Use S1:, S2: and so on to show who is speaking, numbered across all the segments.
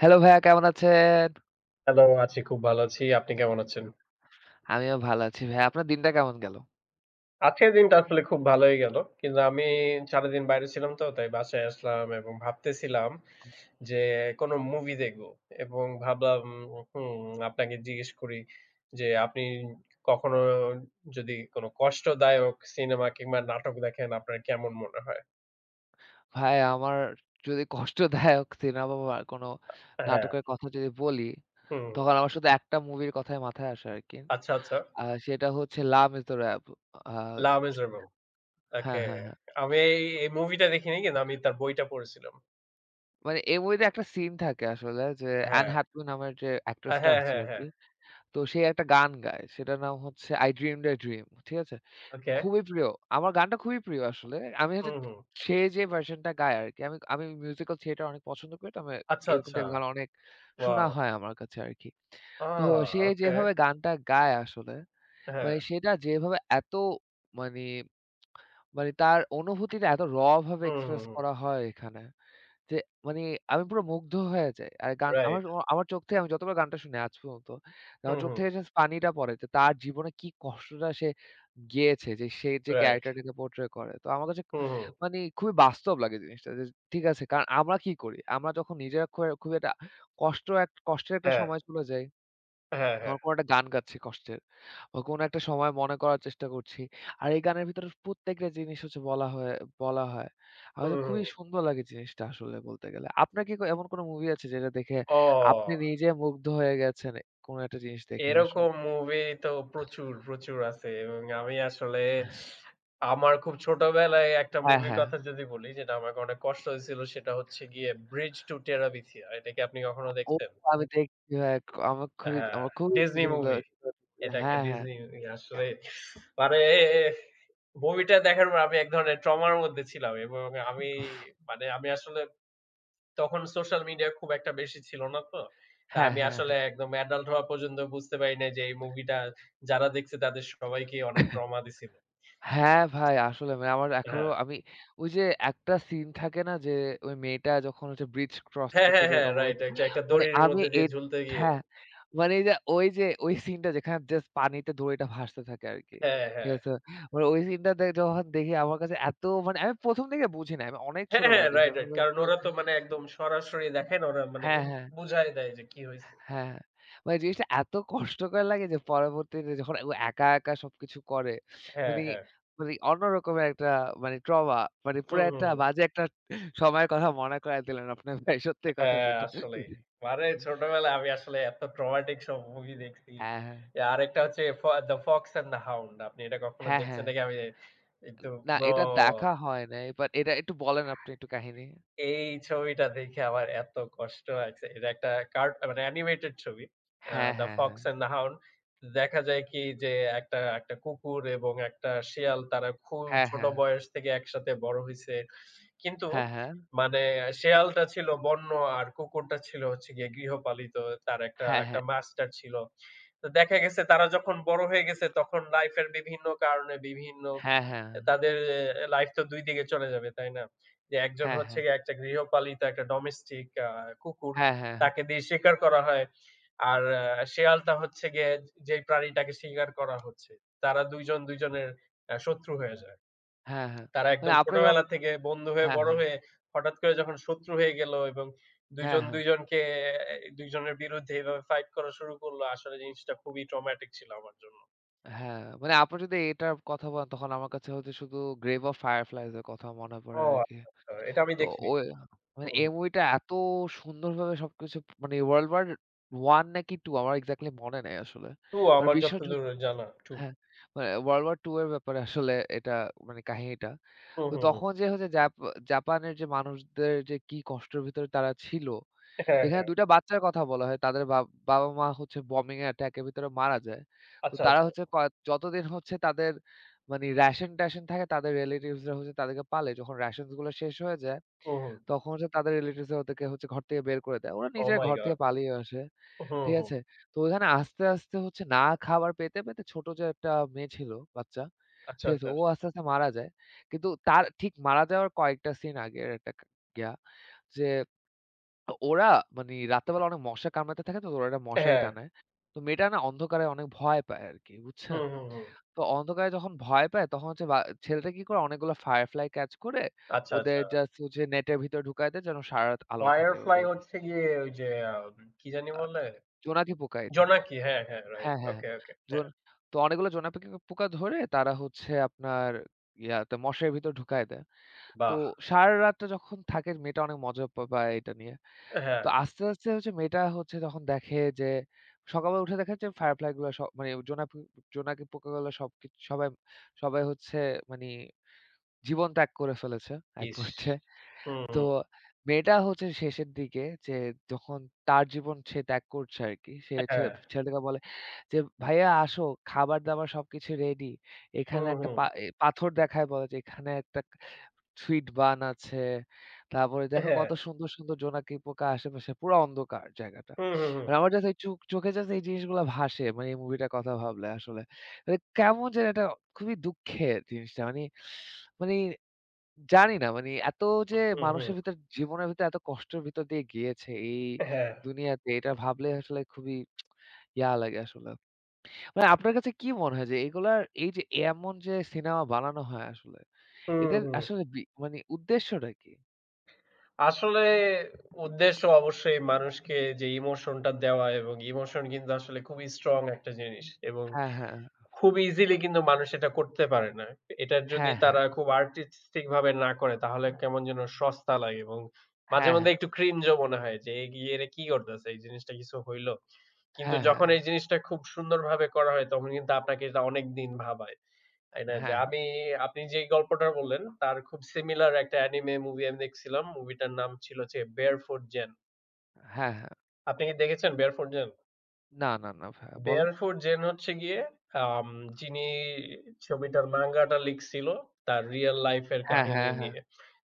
S1: Hello ভাইয়া, কেমন আছেন?
S2: হ্যালো, আছি খুব ভালো আছি। আপনি কেমন আছেন?
S1: আমিও ভালো আছি ভাইয়া। আপনার দিনটা কেমন গেল?
S2: আজকের দিনটা আসলে খুব ভালোই গেল। কিন্তু আমি সারাদিন বাইরে ছিলাম তো, তাই বাসায় আসলাম এবং ভাবতেছিলাম যে কোন মুভি দেখবো এবং ভাবলাম, হুম, আপনাকে জিজ্ঞেস করি যে আপনি কখনো যদি কোন কষ্টদায়ক সিনেমা কিংবা নাটক দেখেন আপনার কেমন মনে হয়?
S1: ভাই আমার যদি কষ্টদায়ক সিনেমা বা কোনো
S2: হ্যাঁ,
S1: নাটকের কথা যদি বলি,
S2: হুম।
S1: তখন আমার শুধু একটা মুভির কথাই মাথায় আসে আরকি।
S2: আচ্ছা, আচ্ছা।
S1: সেটা হচ্ছে 'লাম ইজ দ্য র‍্যাব'। আ
S2: লা মিজারেবল।
S1: হ্যাঁ,
S2: ওকে।
S1: হ্যাঁ, হ্যাঁ।
S2: আমি এই মুভিটা দেখিনি কিন্তু আমি তার বইটা পড়েছিলাম।
S1: মানে এই মুভিতে একটা সিন থাকে আসলে যে অ্যান
S2: হ্যাঁ।
S1: হ্যাথওয়ে নামের যে অ্যাক্ট্রেসটা
S2: হ্যাঁ,
S1: আছে
S2: হ্যাঁ, হ্যাঁ।
S1: আরকি। তো সে একটা গান গায়। সেটার নাম হচ্ছে 'I Dreamed a Dream', ঠিক আছে?
S2: ওকে।
S1: খুবই প্রিয়। আমার গানটা খুবই প্রিয় আসলে। আমি হচ্ছে
S2: হুম, হুম।
S1: সে যে ভার্শনটা গায় আরকি। আমি আমি মিউজিক্যাল থিয়েটার অনেক পছন্দ করি। তো আমি
S2: আচ্ছা,
S1: এরকম
S2: আচ্ছা।
S1: টাইপ গান অনেক শোনা
S2: ওয়াও!
S1: হয় আমার কাছে আরকি।
S2: আ
S1: তো সে
S2: ওকে।
S1: যেভাবে গানটা গায় আসলে,
S2: হ্যাঁ।
S1: মানে সেটা যেভাবে এত মানে, মানে তার অনুভূতিটা এত ভাবে
S2: হুম, হুম,
S1: এক্সপ্রেস
S2: হুম।
S1: করা হয় এখানে। যে মানে আমি পুরো মুগ্ধ হয়ে যাই। আর গান আমার
S2: রাইট।
S1: আমার চোখ থেকে আমি যতবার গানটা শুনি আজ পর্যন্ত,
S2: হুম,
S1: আমার চোখ
S2: হুম।
S1: থেকে জাস্ট পানিটা পড়ে যে তার জীবনে কি কষ্টটা সে গিয়েছে, যে সে যে
S2: রাইট।
S1: ক্যারেক্টারটাকে পোর্ট্রে করে। তো আমার কাছে
S2: হুম, হুম।
S1: মানে খুবই বাস্তব লাগে জিনিসটা যে ঠিক আছে, কারণ আমরা কি করি? আমরা যখন নিজেরা খুব একটা কষ্টের একটা
S2: হ্যাঁ,
S1: সময় চলে যাই,
S2: হ্যাঁ, হ্যাঁ।
S1: তখন কোনো একটা গান গাচ্ছি কষ্টের। বা কোনো একটা সময় মনে করার চেষ্টা করছি। আর এই গানের ভিতরে প্রত্যেকটা জিনিস হচ্ছে বলা হয়। আমার
S2: হুম,
S1: কাছে
S2: হুম।
S1: খুবই সুন্দর লাগে জিনিসটা আসলে বলতে গেলে। আপনার কি এমন কোনো মুভি আছে যেটা দেখে
S2: ও!
S1: আপনি নিজে মুগ্ধ হয়ে গেছেন কোনো একটা জিনিস দেখে আসলে?
S2: এরকম মুভি তো প্রচুর, প্রচুর আছে এবং আমি আসলে আমার খুব ছোটবেলায় একটা
S1: হ্যাঁ,
S2: মুভির
S1: হ্যাঁ।
S2: কথা যদি বলি যেটা আমাকে অনেক কষ্ট হয়েছিল সেটা হচ্ছে গিয়ে 'Bridge to Terabithia'। এটা কি আপনি কখনো
S1: ও
S2: দেখছেন?
S1: আমি দেখছি ভাই।
S2: হ্যাঁ,
S1: আমার খুবই
S2: ডিজনি
S1: পছন্দ।
S2: মুভি। এটা একটা
S1: হ্যাঁ, হ্যাঁ।
S2: ডিজনি আসলে, মানে মুভিটা দেখার পর আমি এক ধরনের ট্রমার মধ্যে ছিলাম এবং আমি,
S1: উফ!
S2: মানে আমি আসলে তখন সোশ্যাল মিডিয়া খুব একটা বেশি ছিল না তো। তা
S1: হ্যাঁ,
S2: আমি
S1: হ্যাঁ,
S2: আসলে
S1: হ্যাঁ।
S2: একদম এডাল্ট হওয়া পর্যন্ত বুঝতে পারি নাই যে এই মুভিটা যারা দেখছে তাদের সবাইকেই অনেক ট্রমা দিছিল।
S1: হ্যাঁ ভাই, আসলে মানে আমার এখনো
S2: হ্যাঁ।
S1: আমি ওই যে একটা সিন থাকে না যে ওই মেয়েটা যখন হচ্ছে ব্রিজ ক্রস
S2: হ্যাঁ,
S1: করতে
S2: হ্যাঁ,
S1: যায়
S2: হ্যাঁ,
S1: তখন
S2: রাইট।
S1: হচ্ছে-
S2: একটা একটা
S1: মানে
S2: দড়ির
S1: আমি
S2: মধ্যে দিয়ে
S1: এট
S2: ঝুলতে গিয়ে।
S1: হ্যাঁ, মানে এই যে ওই যে ওই সিনটা যেখানে জাস্ট পানিতে দড়িটা ভাসতে থাকে আরকি।
S2: হ্যাঁ,
S1: ঠিক
S2: হ্যাঁ।
S1: আছে? মানে ওই সিনটা যখন দেখি আমার কাছে এত মানে আমি ১ম দিকে বুঝি নাই। আমি অনেক
S2: হ্যাঁ,
S1: ছোটবেলা
S2: হ্যাঁ,
S1: দেখেছি।
S2: রাইট,
S1: আমি
S2: রাইট। কারণ
S1: বলছিলাম,
S2: ওরা তো মানে একদম সরাসরি দেখে না, ওরা মানে
S1: হ্যাঁ,
S2: ইম
S1: হ্যাঁ।
S2: বুঝায় দেয় যে কি হইছে।
S1: হ্যাঁ, মানে জিনিসটা এত কষ্টকর লাগে যে পরবর্তীতে যখন ও একা, একা সবকিছু করে
S2: হ্যাঁ,
S1: মানি
S2: হ্যাঁ।
S1: মানে অন্যরকমের একটা মানে ট্রমা, মানে পুরা
S2: হুম, হুম,
S1: একটা
S2: হুম।
S1: বাজে একটা সময়ের কথা মনে করায় দিলেন আপনার ভাই, সত্যি কথা
S2: হ্যাঁ,
S1: যেটা।
S2: আসলেই। মানে ছোটবেলায় আমি আসলে এত ট্রমাটিক সব মুভি দেখছি।
S1: হ্যাঁ, হ্যাঁ।
S2: এ আরেকটা হচ্ছে ফ 'the fox and the hound'. আপনি এটা কখনো
S1: হ্যাঁ, হ্যাঁ।
S2: দেখছেন নাকি? আমি কিন্তু,
S1: না,
S2: ব্রো,
S1: এটা দেখা হয় নাই। বাট এটা একটু বলেন আপনি একটু কাহিনী।
S2: এই ছবিটা দেখে আমার এত কষ্ট লাগছে। এটা একটা কার্ট মানে অ্যানিমেটেড ছবি।
S1: হ্যাঁ,
S2: 'দ্য
S1: হ্যাঁ,
S2: ফক্স
S1: হ্যাঁ।
S2: অ্যান্ড দ্য হাউন্ড' দেখা যায় কি যে একটা একটা কুকুর এবং একটা শিয়াল তারা খুব
S1: হ্যাঁ,
S2: ছোট
S1: হ্যাঁ।
S2: বয়স থেকে একসাথে বড় হইছে। কিন্তু
S1: হ্যাঁ,
S2: মানে শেয়ালটা ছিল বন্য আর কুকুরটা ছিল হচ্ছে গিয়ে গৃহপালিত। তার একটা, একটা
S1: হ্যাঁ।
S2: মাস্টার ছিল। তো দেখা গেছে তারা যখন বড় হয়ে গেছে তখন লাইফের বিভিন্ন কারণে বিভিন্ন
S1: হ্যাঁ, হ্যাঁ।
S2: তাদের লাইফ তো ২ দিকে চলে যাবে, তাই না? যে একজন
S1: হ্যাঁ,
S2: হচ্ছে
S1: হ্যাঁ।
S2: গিয়ে একটা গৃহপালিত একটা ডোমেস্টিক কুকুর,
S1: হ্যাঁ, হ্যাঁ। হ্যাঁ, হ্যাঁ।
S2: তাকে দিয়ে শিকার করা হয়। আর শেয়ালটা হচ্ছে গিয়ে যেই প্রাণীটাকে শিকার করা হচ্ছে। তারা ২ জন ২ জনের শত্রু হয়ে যায়।
S1: হ্যাঁ, হ্যাঁ। হ্যাঁ,
S2: তারা
S1: মানে
S2: একদম
S1: আপনি
S2: ছোটবেলা
S1: যখন
S2: থেকে বন্ধু হয়ে
S1: হ্যাঁ,
S2: বড়
S1: হ্যাঁ।
S2: হয়ে হঠাৎ করে যখন শত্রু হয়ে গেল এবং ২
S1: হ্যাঁ,
S2: জন
S1: হ্যাঁ।
S2: ২ জনকে এ দুই জনের বিরুদ্ধে এভাবে ফাইট করা শুরু করলো। আসলে জিনিসটা খুবই ট্রমাটিক ছিল আমার জন্য।
S1: হ্যাঁ, মানে আপনি যদি এটার কথা বলেন তখন আমার কাছে হচ্ছে শুধু 'Grave of Fireflies' এর কথা মনে
S2: ও
S1: পড়ে আরকি।
S2: আচ্ছা, আচ্ছা। এটা আমি
S1: তো
S2: দেখিনি।
S1: ওই মানে
S2: হুম, হুম।
S1: এই মুভিটা এত সুন্দরভাবে সবকিছু মানে 'World War I' নাকি 2 আমার এক্সাক্টলি মনে নেই আসলে।
S2: 2,
S1: মানে
S2: আমার যতদূর
S1: বিশ্বযুদ্ধ
S2: জানা 2।
S1: হ্যাঁ, মানে 'World War ২' এর ব্যাপারে আসলে এটা মানে কাহিনীটা।
S2: হুম,
S1: তো
S2: হুম, হুম।
S1: তখন যে হচ্ছে জাপানের যে মানুষদের যে কি কষ্টের ভিতরে তারা ছিল,
S2: হ্যাঁ,
S1: এখানে
S2: হ্যাঁ।
S1: ২ টা বাচ্চার কথা বলা হয়। তাদের বাবা-মা হচ্ছে বম্বিং এর অ্যাটাক এর ভিতরে মারা যায়। তো
S2: আচ্ছা,
S1: তারা
S2: আচ্ছা।
S1: হচ্ছে যতদিন হচ্ছে তাদের মানে রেশন-টেশন থাকে তাদের রিলেটিভস রা হচ্ছে তাদেরকে পালে। যখন রেশনস গুলো শেষ হয়ে যায়
S2: হুম, হুম।
S1: তখন হচ্ছে তাদের রিলেটিভস রা ওদেরকে হচ্ছে ঘর থেকে বের করে দেয়। ওরা
S2: ওহ
S1: নিজের
S2: মাই
S1: ঘর
S2: গড!
S1: থেকে পালিয়ে আসে।
S2: হুম,
S1: ঠিক
S2: হুম।
S1: আছে? তো ওখানে আস্তে, আস্তে হচ্ছে না খাবার পেতে, পেতে ছোট যে একটা মেয়ে ছিল বাচ্চা,
S2: আচ্ছা,
S1: ঠিক আছে?
S2: আচ্ছা।
S1: ও আস্তে, আস্তে মারা যায়। কিন্তু তার ঠিক মারা যাওয়ার কয়েকটা সিন আগের একটা ইয়া যে তো ওরা মানে রাত্রেবেলা অনেক মশা কামড়াতে থাকে তো, ওরা একটা মশারি
S2: হ্যাঁ।
S1: টানায়। তো মেয়েটা না অন্ধকারে অনেক ভয় পায় আরকি,
S2: হুম,
S1: বুঝছেন?
S2: হুম, হুম।
S1: তো অন্ধকারে যখন ভয় পায় তখন হচ্ছে ছেলেটা কি করে অনেকগুলো ফায়ারফ্লাই ক্যাচ করে
S2: আচ্ছা,
S1: ওদের
S2: আচ্ছা।
S1: জাস্ট হচ্ছে নেটের ভিতরে ঢুকায় দেয় যেন সারারাত আলো থাকে
S2: Firefly
S1: ওদের।
S2: হচ্ছে গিয়ে ওই যে আ কি জানি বলে?
S1: জোনাকি পোকা আই থিংক।
S2: জোনাকি। হ্যাঁ, হ্যাঁ। রাইট।
S1: হ্যাঁ, হ্যাঁ। হ্যাঁ।
S2: ওকে, ওকে। হ্যাঁ।
S1: জোন তো অনেকগুলো জোনাকি পোকা পোকা ধরে তারা হচ্ছে আপনার ইয়াতে মশারির ভিতরে ঢুকায় দেয়। তো
S2: বাহ!
S1: সারারাতটা যখন থাকে মেয়েটা অনেক মজা পায় এটা নিয়ে।
S2: হ্যাঁ।
S1: তো আস্তে, আস্তে হচ্ছে মেয়েটা হচ্ছে তখন দেখে যে সকালবেলা উঠে দেখে যে ফায়ারফ্লাই গুলা সব মানে জোনাকি জোনাকি পোকাগুলো সবকিছু সবাই সবাই হচ্ছে মানি জীবন ত্যাগ করে ফেলেছে এক
S2: ইস!
S1: পর্যায়ে।
S2: হুম,
S1: তো
S2: হুম।
S1: মেয়েটা হচ্ছে শেষের দিকে যে যখন তার জীবন সে ত্যাগ করছে আরকি। সে
S2: হ্যাঁ।
S1: ছেলেটাকে বলে যে, "ভাইয়া আসো, খাবার-দাবার সবকিছু রেডি।" এখানে
S2: হুম,
S1: একটা
S2: হুম।
S1: পা এ পাথর দেখায় বলে যে, "এখানে একটা sweet bun আছে। তারপরে দেখো
S2: হ্যাঁ।
S1: কত সুন্দর, সুন্দর জোনাকি পোকা আশেপাশে পুরা অন্ধকার জায়গাটা।"
S2: হুম, হুম, হুম।
S1: মানে আমার জাস্ট এই চোখে জাস্ট এই জিনিসগুলা ভাসে মানে এই মুভিটার কথা ভাবলে আসলে। মানে কেমন যেন এটা খুবই দুঃখের জিনিসটা। মানে মানে জানি না মানে এত যে
S2: হুম, হুম।
S1: মানুষের ভিতর জীবনের ভিতর এত কষ্টের ভিতর দিয়ে গিয়েছে এই
S2: হ্যাঁ।
S1: দুনিয়াতে, এটা ভাবলে আসলে খুবই ইয়া লাগে আসলে। মানে আপনার কাছে কি মনে হয় যে এগুলার এই যে এমন যে সিনেমা বানানো হয় আসলে,
S2: হুম,
S1: এদের
S2: হুম।
S1: আসলে মানে উদ্দেশ্যটা কি?
S2: আসলে উদ্দেশ্য অবশ্যই মানুষকে যে ইমোশনটা দেওয়া, এবং ইমোশন কিন্তু আসলে খুবই স্ট্রং একটা জিনিস এবং
S1: হ্যাঁ, হ্যাঁ।
S2: খুব ইজিলি কিন্তু মানুষ এটা করতে পারে না। এটা যদি
S1: হ্যাঁ,
S2: তারা
S1: হ্যাঁ।
S2: খুব আর্টিস্টিক ভাবে না করে তাহলে কেমন যেন সস্তা লাগে এবং মাঝে
S1: হ্যাঁ,
S2: মধ্যে
S1: হ্যাঁ।
S2: একটু ক্রিঞ্জ ও মনে হয় যে এ কি, এরা কি করতেছে? এই জিনিসটা কিছু হইল? কিন্তু
S1: হ্যাঁ,
S2: যখন
S1: হ্যাঁ।
S2: এই জিনিসটা খুব সুন্দরভাবে করা হয় তখন কিন্তু আপনাকে এটা অনেকদিন ভাবায়। তাই না? যে
S1: হ্যাঁ, হ্যাঁ।
S2: আমি আপনি যেই গল্পটা বললেন তার খুব সিমিলার একটা অ্যানিমে মুভি আমি দেখছিলাম। মুভিটার নাম ছিল হচ্ছে 'Barefoot Jane'।
S1: হ্যাঁ, হ্যাঁ।
S2: আপনি কি দেখেছেন 'Barefoot Jane'?
S1: না, না, না ভাইয়া বলেন।
S2: 'Barefoot Jane' হচ্ছে গিয়ে আম যিনি ছবিটার মাঙ্গাটা লিখছিল তার রিয়াল লাইফ এর
S1: হ্যাঁ,
S2: কাহিনী
S1: হ্যাঁ, হ্যাঁ।
S2: নিয়ে।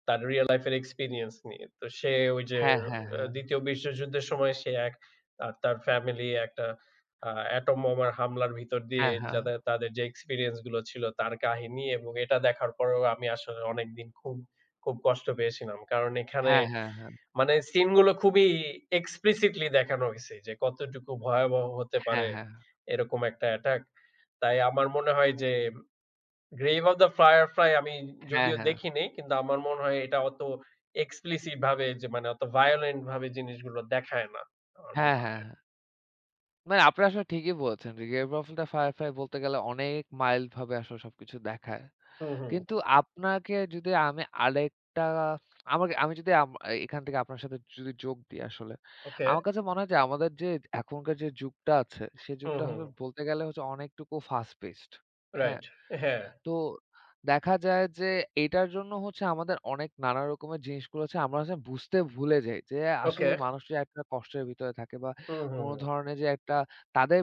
S2: তার রিয়াল লাইফ এর এক্সপেরিয়েন্স নিয়ে। তো সে ওই যে
S1: হ্যাঁ, হ্যাঁ, হ্যাঁ।
S2: ২য় বিশ্বযুদ্ধের সময় সে এক আর তার ফ্যামিলি একটা অ্যাটম বোমার হামলার ভিতর দিয়ে
S1: হ্যাঁ, হ্যাঁ।
S2: যাদের তাদের যে এক্সপেরিয়েন্স গুলো ছিল তার কাহিনী, এবং এটা দেখার পরেও আমি আসলে অনেকদিন খুব, খুব কষ্ট পেয়েছিলাম। কারণ এখানে
S1: হ্যাঁ, হ্যাঁ, হ্যাঁ।
S2: মানে সিন গুলো খুবই এক্সপ্লিসিটলি দেখানো হইছে যে কতটুকু ভয়াবহ হতে পারে
S1: হ্যাঁ, হ্যাঁ।
S2: এরকম একটা অ্যাটাক। তাই আমার মনে হয় যে 'Grave of the Firefly' আমি
S1: হ্যাঁ,
S2: যদিও
S1: হ্যাঁ।
S2: দেখিনি, কিন্তু আমার মনে হয় এটা অত explicit ভাবে, যে মানে অত violent ভাবে জিনিসগুলো দেখায় না। আমার
S1: হ্যাঁ,
S2: মনে
S1: হ্যাঁ,
S2: হয়।
S1: হ্যাঁ। মানে আপনি আসলে ঠিকই বলেছেন যে গেম অফ দ্য ফায়ারফ্লাই বলতে গেলে অনেক মাইল্ড ভাবে আসলে সবকিছু দেখায়।
S2: হুম, okay,
S1: কিন্তু
S2: হুম।
S1: আপনাকে যদি আমি আরেকটা আমাকে আমি যদি এখান থেকে আপনার সাথে যদি যোগ দিই আসলে।
S2: ওকে।
S1: আমার কাছে মনে হয় যে আমাদের যে এখনকার যে যুগটা আছে, সে
S2: হুম,
S1: যুগটা
S2: হুম।
S1: হলো বলতে গেলে হচ্ছে অনেকটুকু ফাস্ট পেসড। হ্যাঁ?
S2: রাইট। হ্যাঁ।
S1: তো দেখা যায় যে এটার জন্য হচ্ছে আমাদের অনেক নানা রকমের জিনিসগুলো হচ্ছে আমরা হচ্ছে বুঝতে ভুলে যাই যে
S2: ওকে।
S1: আসলে মানুষরা একটা কষ্টের ভিতরে থাকে বা
S2: হুম, হুম,
S1: কোনো
S2: হুম।
S1: ধরনের যে একটা তাদের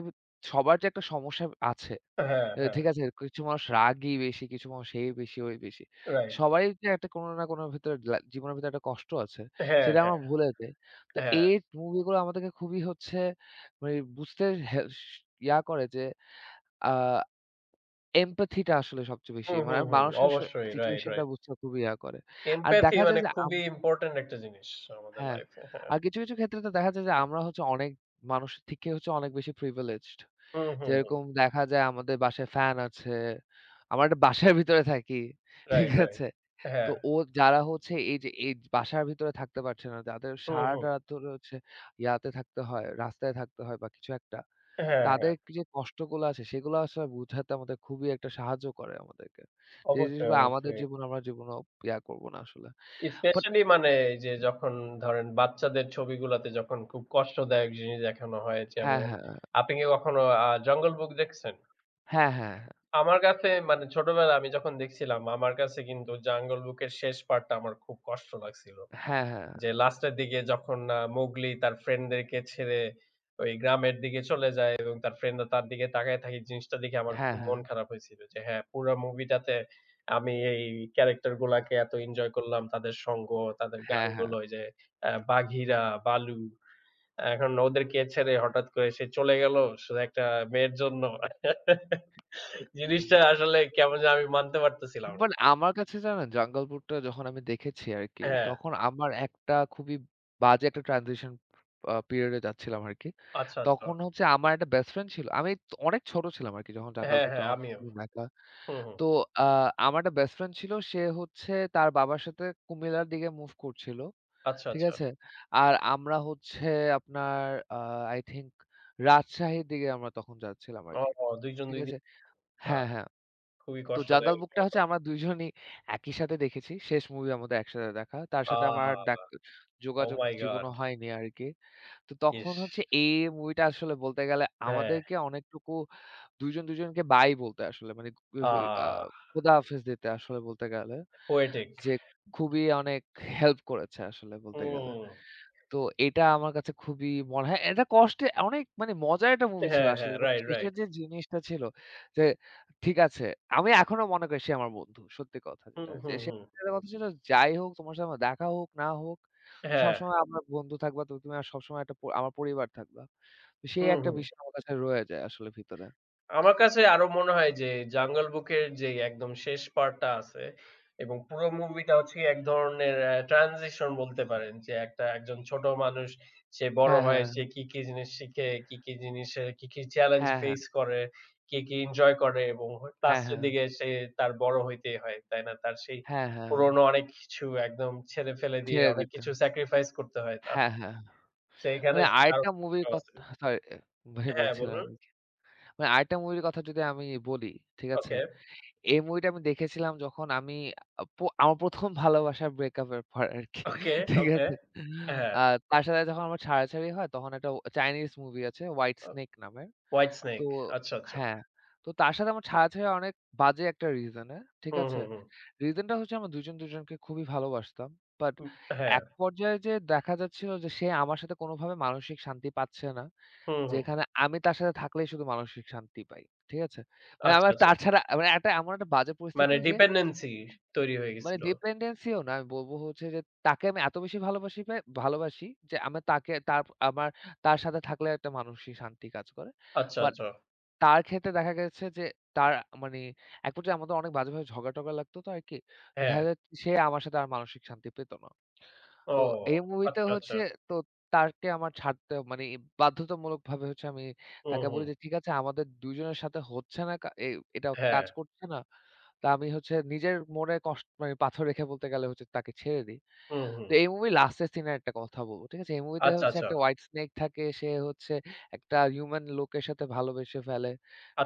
S1: সবার যে একটা সমস্যা আছে।
S2: হ্যাঁ,
S1: এ
S2: হ্যাঁ।
S1: ঠিক আছে, কিছু মানুষ রাগী বেশি, কিছু মানুষ এই বেশি, ওই বেশি।
S2: রাইট।
S1: সবারই যে একটা কোনো না কোনো ভেতরে জীবনের ভেতরে একটা কষ্ট আছে,
S2: হ্যাঁ,
S1: সেটা
S2: হ্যাঁ,
S1: আমরা ভুলে যাই। তো
S2: হ্যাঁ।
S1: এই মুভিগুলো আমাদেরকে খুবই হচ্ছে মানে বুঝতে হে ইয়া করে যে আ এমপ্যাথি টা আসলে সবচেয়ে বেশি।
S2: হুম,
S1: মানে
S2: হুম, হুম।
S1: মানুষের
S2: অবশ্যই। রাইট,
S1: সিচুয়েশন টা
S2: রাইট।
S1: বুঝতে খুবই ইয়া করে। আর
S2: empathy
S1: দেখা যায়
S2: মানে
S1: যে
S2: খুবই ইম্পোর্টেন্ট একটা জিনিস আমাদের
S1: হ্যাঁ,
S2: লাইফে। হ্যাঁ।
S1: আর কিছু, কিছু ক্ষেত্রে তো দেখা যায় যে আমরা হচ্ছে অনেক মানুষের থেকে হচ্ছে অনেক বেশি প্রিভিলেজড।
S2: হুম, হুম, হুম।
S1: যেরকম দেখা যায় আমাদের বাসায় ফ্যান আছে। আমরা একটা বাসার ভিতরে থাকি। ঠিক
S2: রাইট, রাইট।
S1: আছে? তো
S2: হ্যাঁ।
S1: ও যারা হচ্ছে এই যে এই বাসার ভিতরে থাকতে পারছে না, যাদের
S2: হুম, হুম।
S1: সারাটা রাত ধরে হচ্ছে ইয়াতে থাকতে হয়, রাস্তায় থাকতে হয় বা কিছু একটা।
S2: হ্যাঁ, হ্যাঁ।
S1: তাদের যে কষ্টগুলো আছে সেগুলো আসলে বুঝাতে আমাদের খুবই একটা সাহায্য করে আমাদেরকে। যে
S2: অবশ্যই,
S1: জিনিসগুলো আমাদের
S2: অবশ্যই।
S1: জীবনে আমরা জীবনেও ইয়া করব না আসলে। বাট
S2: স্পেশালি মানে এই যে যখন ধরেন বাচ্চাদের ছবিগুলাতে যখন খুব কষ্টদায়ক জিনিস দেখানো হয়
S1: হ্যাঁ,
S2: যেমন
S1: হ্যাঁ,
S2: আপনি কি কখনো 'জঙ্গল বুক' দেখছেন?
S1: হ্যাঁ, হ্যাঁ,
S2: আমার কাছে মানে ছোটবেলায় আমি যখন দেখছিলাম আমার কাছে কিন্তু 'জঙ্গল বুক' এর শেষ পার্টটা আমার খুব কষ্ট লাগছিল।
S1: হ্যাঁ, হ্যাঁ,
S2: যে লাস্টের দিকে যখন মোগলি তার ফ্রেন্ডদেরকে ছেড়ে ওই গ্রামের দিকে চলে যায় এবং তার ফ্রেন্ডরা তার দিকে তাকায় থাকে জিনিসটা দেখে আমার
S1: হ্যাঁ,
S2: খুব
S1: হ্যাঁ,
S2: মন খারাপ হয়েছিল। যে হ্যাঁ, পুরা মুভিটাতে আমি এই ক্যারেক্টার গুলাকে এত এনজয় করলাম। তাদের সঙ্গ, তাদের
S1: হ্যাঁ, হ্যাঁ, হ্যাঁ।
S2: গানগুলো ওই যে বাঘিরা, বালু। এখন ওদেরকে ছেড়ে হঠাৎ করে সে চলে গেল শুধু একটা মেয়ের জন্য। জিনিসটা আসলে কেমন যেন আমি মানতে পারতেছিলাম না।
S1: বাট আমার কাছে জানেন জঙ্গল বুকটা যখন আমি দেখেছি আরকি,
S2: হ্যাঁ,
S1: তখন আমার একটা খুবই বাজে একটা ট্রানজিশন পিরিয়ড এ যাচ্ছিলাম আরকি।
S2: আচ্ছা, আচ্ছা।
S1: তখন হচ্ছে আমার একটা বেস্ট ফ্রেন্ড ছিল। আমি অনেক ছোট ছিলাম আরকি যখন জঙ্গল
S2: হ্যাঁ,
S1: বুকটা
S2: হ্যাঁ,
S1: আমার
S2: আমিও।
S1: প্রথম দেখা।
S2: হুম, হুম।
S1: তো আ আমার একটা বেস্ট ফ্রেন্ড ছিল। সে হচ্ছে তার বাবার সাথে কুমিল্লার দিকে মুভ করছিল।
S2: আচ্ছা,
S1: ঠিক
S2: আচ্ছা।
S1: আছে? আর আমরা হচ্ছে আপনার আ আই থিংক রাজশাহীর দিকে আমরা তখন যাচ্ছিলাম আরকি।
S2: ও ২ জন
S1: ঠিক
S2: ২
S1: আছে?
S2: দিন। আ
S1: হ্যাঁ, হ্যাঁ।
S2: খুবই
S1: তো 'জাঙ্গল
S2: কষ্টদায়ক একটা
S1: বুকটা'
S2: ব্যাপার।
S1: হচ্ছে আমরা ২ জনই একই সাথে দেখেছি। শেষ মুভি আমাদের একসাথে দেখা। তার
S2: আ
S1: সাথে আমার আর
S2: ওহ
S1: যোগাযোগ
S2: মাই গড!
S1: জীবনও হয়নি আরকি। তো তখন
S2: ইস!
S1: হচ্ছে এই মুভিটা আসলে বলতে গেলে
S2: হ্যাঁ,
S1: আমাদেরকে অনেকটুকু ২ জন ২ জনকে বাই বলতে আসলে মানে আ
S2: আহ,
S1: খোদাহাফেজ দিতে আসলে বলতে গেলে।
S2: পোয়েটিক।
S1: যে খুবই অনেক হেল্প করেছে আসলে বলতে গেলে।
S2: হুম।
S1: তো এটা আমার কাছে খুবই মনে হয়, এটা কষ্টে অনেক মানে মজার একটা মুভি ছিল
S2: হ্যাঁ,
S1: আসলে।
S2: হ্যাঁ।
S1: But
S2: right, right.
S1: শেষের যে জিনিসটা ছিল যে ঠিক আছে, আমি এখনো মনে করি সে আমার বন্ধু। সত্যি কথা
S2: হুম,
S1: যেটা। যে
S2: হুম,
S1: সে
S2: হুম।
S1: যেটা কথা ছিল, যাই হোক তোমার সাথে আমার দেখা হোক না হোক, তুমি
S2: হ্যাঁ।
S1: সবসময় আমার বন্ধু থাকবা। তো তুমি আর সবসময় একটা আমার পরিবার থাকবা। তো সেই
S2: হুম,
S1: একটা
S2: হুম।
S1: বিষয় আমার কাছে রয়ে যায় আসলে ভিতরে।
S2: আমার কাছে আরো মনে হয় যে 'জঙ্গল বুকের' যে একদম শেষ পার্টটা আছে এবং পুরো মুভিটা হচ্ছে গিয়ে এক ধরনের অ্যা ট্রানজিশন বলতে পারেন যে একটা একজন ছোট মানুষ, সে বড়
S1: হ্যাঁ,
S2: হয়,
S1: হ্যাঁ,
S2: সে কি, কি জিনিস শিখে, কি, কি জিনিসের কি, কি চ্যালেঞ্জ
S1: হ্যাঁ, হ্যাঁ,
S2: ফেস করে, কি, কি এনজয় করে এবং হ
S1: হ্যাঁ, হ্যাঁ,
S2: লাস্টের
S1: হ্যাঁ,
S2: দিকে
S1: হ্যাঁ।
S2: সে তার বড় হইতেই হয়, তাই না? তার সেই
S1: হ্যাঁ,
S2: পুরনো অনেক কিছু একদম ছেড়ে ফেলে দিয়ে
S1: ছেড়ে
S2: অনেক
S1: দিতে।
S2: কিছু স্যাক্রিফাইস করতে হয় তার।
S1: হ্যাঁ, হ্যাঁ। হ্যাঁ।
S2: সেইখানে
S1: মানে
S2: তার
S1: আরেকটা মুভির কথা, সরি ভাই
S2: হ্যাঁ, বলুন।
S1: বলছিলেন। মানে আরেকটা মুভির কথা যদি আমি বলি, ঠিক আছে?
S2: ওকে,
S1: এই মুভিটা আমি দেখেছিলাম যখন আমি আ প আমার ১ম ভালোবাসার ব্রেকআপের পর আরকি।
S2: ওকে,
S1: ঠিক
S2: ওকে।
S1: আছে?
S2: হ্যাঁ।
S1: আ তার সাথে যখন আমার ছাড়াছাড়ি হয় তখন একটা ও চাইনিজ মুভি আছে 'হোয়াইট স্নেক' নামে।
S2: হোয়াইট
S1: তো
S2: স্নেক। আচ্ছা, আচ্ছা।
S1: হ্যাঁ, তো তার সাথে আমার ছাড়াছাড়ি হয় অনেক বাজে একটা রিজনে, ঠিক
S2: হুম,
S1: আছে?
S2: হুম, হুম।
S1: রিজনটা হচ্ছে আমরা দুজন, দুজনকে খুবই ভালোবাসতাম। বাট
S2: উ হ্যাঁ,
S1: এক পর্যায়ে যেয়ে দেখা যাচ্ছিল যে সে আমার সাথে কোনোভাবে মানসিক শান্তি পাচ্ছে না।
S2: হুম, হুম।
S1: যেখানে আমি তার সাথে থাকলেই শুধু মানসিক শান্তি পাই। ঠিক আছে? মানে
S2: আচ্ছা,
S1: আমার
S2: আচ্ছা।
S1: তার ছাড়া মানে একটা এমন একটা বাজে
S2: মানে
S1: পরিস্থিতি যে
S2: ডিপেন্ডেন্সি তৈরি হয়ে
S1: মানে
S2: গেছিল।
S1: ডিপেন্ডেন্সি ও না। আমি বলব হচ্ছে যে তাকে আমি এত বেশি ভালোবাসি ভালোবাসি যে আমি তাকে তার আমার তার সাথে থাকলে একটা মানসিক শান্তি কাজ করে।
S2: আচ্ছা,
S1: বাট
S2: আচ্ছা।
S1: তার ক্ষেত্রে দেখা গেছে যে তার মানে এক পর্যায়ে আমাদের অনেক বাজেভাবে ঝগড়া-টগড়া লাগতো তো আরকি। তো
S2: হ্যাঁ।
S1: দেখা যায় সে আমার সাথে আর মানসিক শান্তি পেত না।
S2: ও
S1: তো এই মুভিতে
S2: আচ্ছা, আচ্ছা।
S1: হচ্ছে তো তাকে আমার ছাড়তে মানে বাধ্যতামূলকভাবে হচ্ছে আমি
S2: হুম,
S1: তাকে
S2: হুম।
S1: বলি যে, "ঠিক আছে আমাদের ২ জনের সাথে হচ্ছে না কা এ এটা
S2: হ্যাঁ।
S1: কাজ করছে না।" তো আমি হচ্ছে নিজের মনে কষ্ট মানে পাথর রেখে বলতে গেলে হচ্ছে তাকে ছেড়ে দেই।
S2: হুম, হুম।
S1: তো এই মুভির লাস্টের সিনের একটা কথা বলব। ঠিক আছে? এই মুভিতে
S2: আচ্ছা,
S1: হচ্ছে
S2: আচ্ছা।
S1: একটা হোয়াইট স্নেক থাকে। সে হচ্ছে একটা হিউম্যান লোকের সাথে ভালোবেসে ফেলে।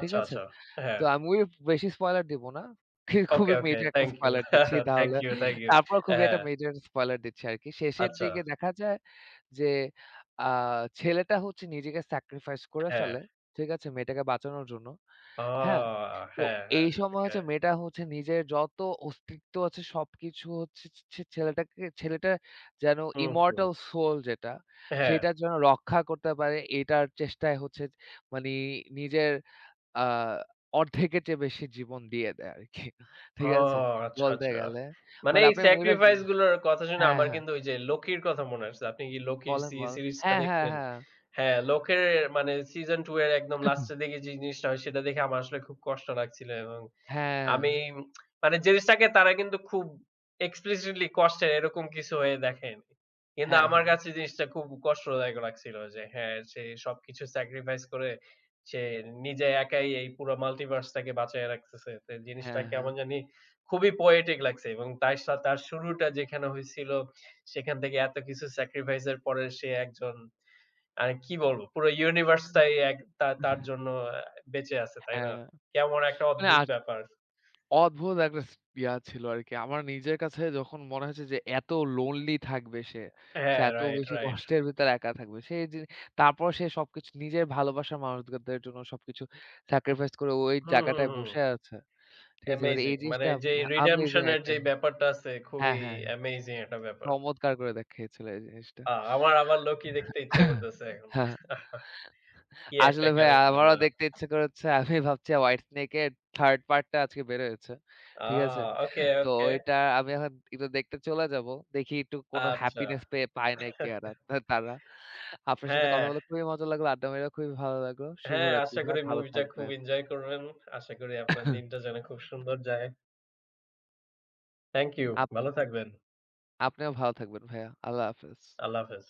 S1: ঠিক আছে?
S2: আচ্ছা। হ্যাঁ।
S1: তো আমিও বেশি স্পয়লার দিব না।
S2: ওকে,
S1: খুবই
S2: ওকে।
S1: মেজর একটা
S2: থ্যাংক ইউ।
S1: স্পয়লার দিচ্ছি
S2: থ্যাংক
S1: তাহলে।
S2: You, thank you.
S1: তারপর খুবই
S2: হ্যাঁ,
S1: একটা মেজর স্পয়লার দিচ্ছি আরকি। শেষের
S2: আচ্ছা।
S1: দিকে দেখা যায় যে আ ছেলেটা হচ্ছে নিজেকে স্যাক্রিফাইস করে
S2: হ্যাঁ।
S1: ফেলে। ঠিক আছে? মেয়েটাকে বাঁচানোর জন্য।
S2: আ
S1: হ্যাঁ? তো
S2: হ্যাঁ, হ্যাঁ।
S1: এই সময়
S2: ওকে।
S1: হচ্ছে মেয়েটা হচ্ছে নিজের যত অস্তিত্ব আছে সবকিছু হচ্ছে ছে ছে ছেলেটাকে ছেলেটা যেন
S2: হুম, হুম।
S1: immortal soul যেটা,
S2: হ্যাঁ।
S1: সেটা যেন রক্ষা করতে পারে এটার চেষ্টায় হচ্ছে মানি নিজের আ অর্ধেকের চেয়ে বেশি জীবন দিয়ে দেয় আরকি।
S2: ও
S1: ঠিক আছে?
S2: আচ্ছা,
S1: বলতে
S2: আচ্ছা।
S1: গেলে।
S2: মানে
S1: বাট
S2: এই
S1: আপনি মুভিটা য
S2: স্যাক্রিফাইস গুলোর কথা শুনে
S1: হ্যাঁ,
S2: আমার
S1: হ্যাঁ।
S2: কিন্তু ওই যে লোকির কথা মনে আসছে। আপনি কি লোকির
S1: বলেন, বলেন।
S2: সিরিজটা
S1: হ্যাঁ, হ্যাঁ,
S2: দেখতেন?
S1: হ্যাঁ।
S2: হ্যাঁ, লোকের মানে সিজন 2 এর একদম লাস্টের দিকে যে জিনিসটা হয় সেটা দেখে আমার আসলে খুব কষ্ট লাগছিল এবং
S1: হ্যাঁ,
S2: আমি মানে জিনিসটাকে তারা কিন্তু খুব explicitly কষ্টের এরকম কিছু হয়ে দেখেনি। কিন্তু
S1: হ্যাঁ,
S2: আমার
S1: হ্যাঁ,
S2: কাছে জিনিসটা খুব কষ্টদায়ক লাগছিল যে হ্যাঁ, সে সবকিছু স্যাক্রিফাইস করে সে নিজে একাই এই পুরো মাল্টিভার্স টাকে বাঁচায় রাখতেছে। তো জিনিসটা
S1: হ্যাঁ, হ্যাঁ।
S2: কেমন জানি খুবই পোয়েটিক লাগছে এবং তার সা তার শুরুটা যেখানে হয়েছিল সেখান থেকে এত কিছু স্যাক্রিফাইস এর পরে সে একজন, মানে কি বলবো, পুরো ইউনিভার্স টাই এক তা তার জন্য বেঁচে আছে, তাই না?
S1: হ্যাঁ।
S2: কেমন একটা
S1: মানে
S2: অদ্ভুত ব্যাপার।
S1: অদ্ভুত একটা ইয়া ছিল আরকি। আমার নিজের কাছে যখন মনে হয়েছে যে এত লোনলি থাকবে সে। সে
S2: হ্যাঁ,
S1: এত
S2: রাইট,
S1: বেশি
S2: রাইট।
S1: কষ্টের ভিতরে একা থাকবে। সে যে তারপর সে সবকিছু নিজের ভালোবাসার মানুষদের জন্য সবকিছু স্যাক্রিফাইস করে ওই
S2: হুম, হুম,
S1: জায়গাটায়
S2: হুম।
S1: বসে আছে। ঠিক আছে? এবার এই
S2: অ্যামেজিং। মানে
S1: জিনিসটা
S2: যেই
S1: আমেজিং
S2: রিডেম্পশন এর
S1: একটা
S2: যেই ব্যাপারটা আছে
S1: হ্যাঁ,
S2: খুবই
S1: হ্যাঁ, হ্যাঁ।
S2: অ্যামেজিং একটা ব্যাপার।
S1: চমৎকার করে দেখিয়েছিল এই জিনিসটা।
S2: আমার আবার লোকি দেখতে ইচ্ছা করতেছে এখন।
S1: হ্যাঁ,
S2: কি একটা
S1: আসলে ভাই
S2: ক্যারেক্টার না?
S1: আমারও দেখতে ইচ্ছে করেছে। আমি ভাবছি 'হোয়াইট স্নেক' এর 3rd পার্ট টা আজকে বের হয়েছে।
S2: আ
S1: ঠিক আছে?
S2: ওকে,
S1: তো
S2: ওকে।
S1: এটা আমি এখন একটু দেখতে চলে যাব। দেখি একটু কোনো
S2: আচ্ছা।
S1: হ্যাপিনেস পায় নাকি তারা। আপনার সাথে কথা
S2: হ্যাঁ,
S1: বলে খুবই মজা লাগলো। আড্ডা মেরে খুবই ভালো লাগলো।
S2: হ্যাঁ,
S1: শুভরাত্রি
S2: আশা
S1: ভাই।
S2: করি
S1: ভালো
S2: মুভিটা খুব
S1: থাকবেন।
S2: এনজয় করবেন। আশা করি আপনার দিনটা যেন খুব সুন্দর যায়। Thank you.
S1: আপ
S2: ভালো থাকবেন।
S1: আপনিও ভালো থাকবেন ভাইয়া। আল্লাহ হাফেজ।
S2: আল্লাহ হাফেজ।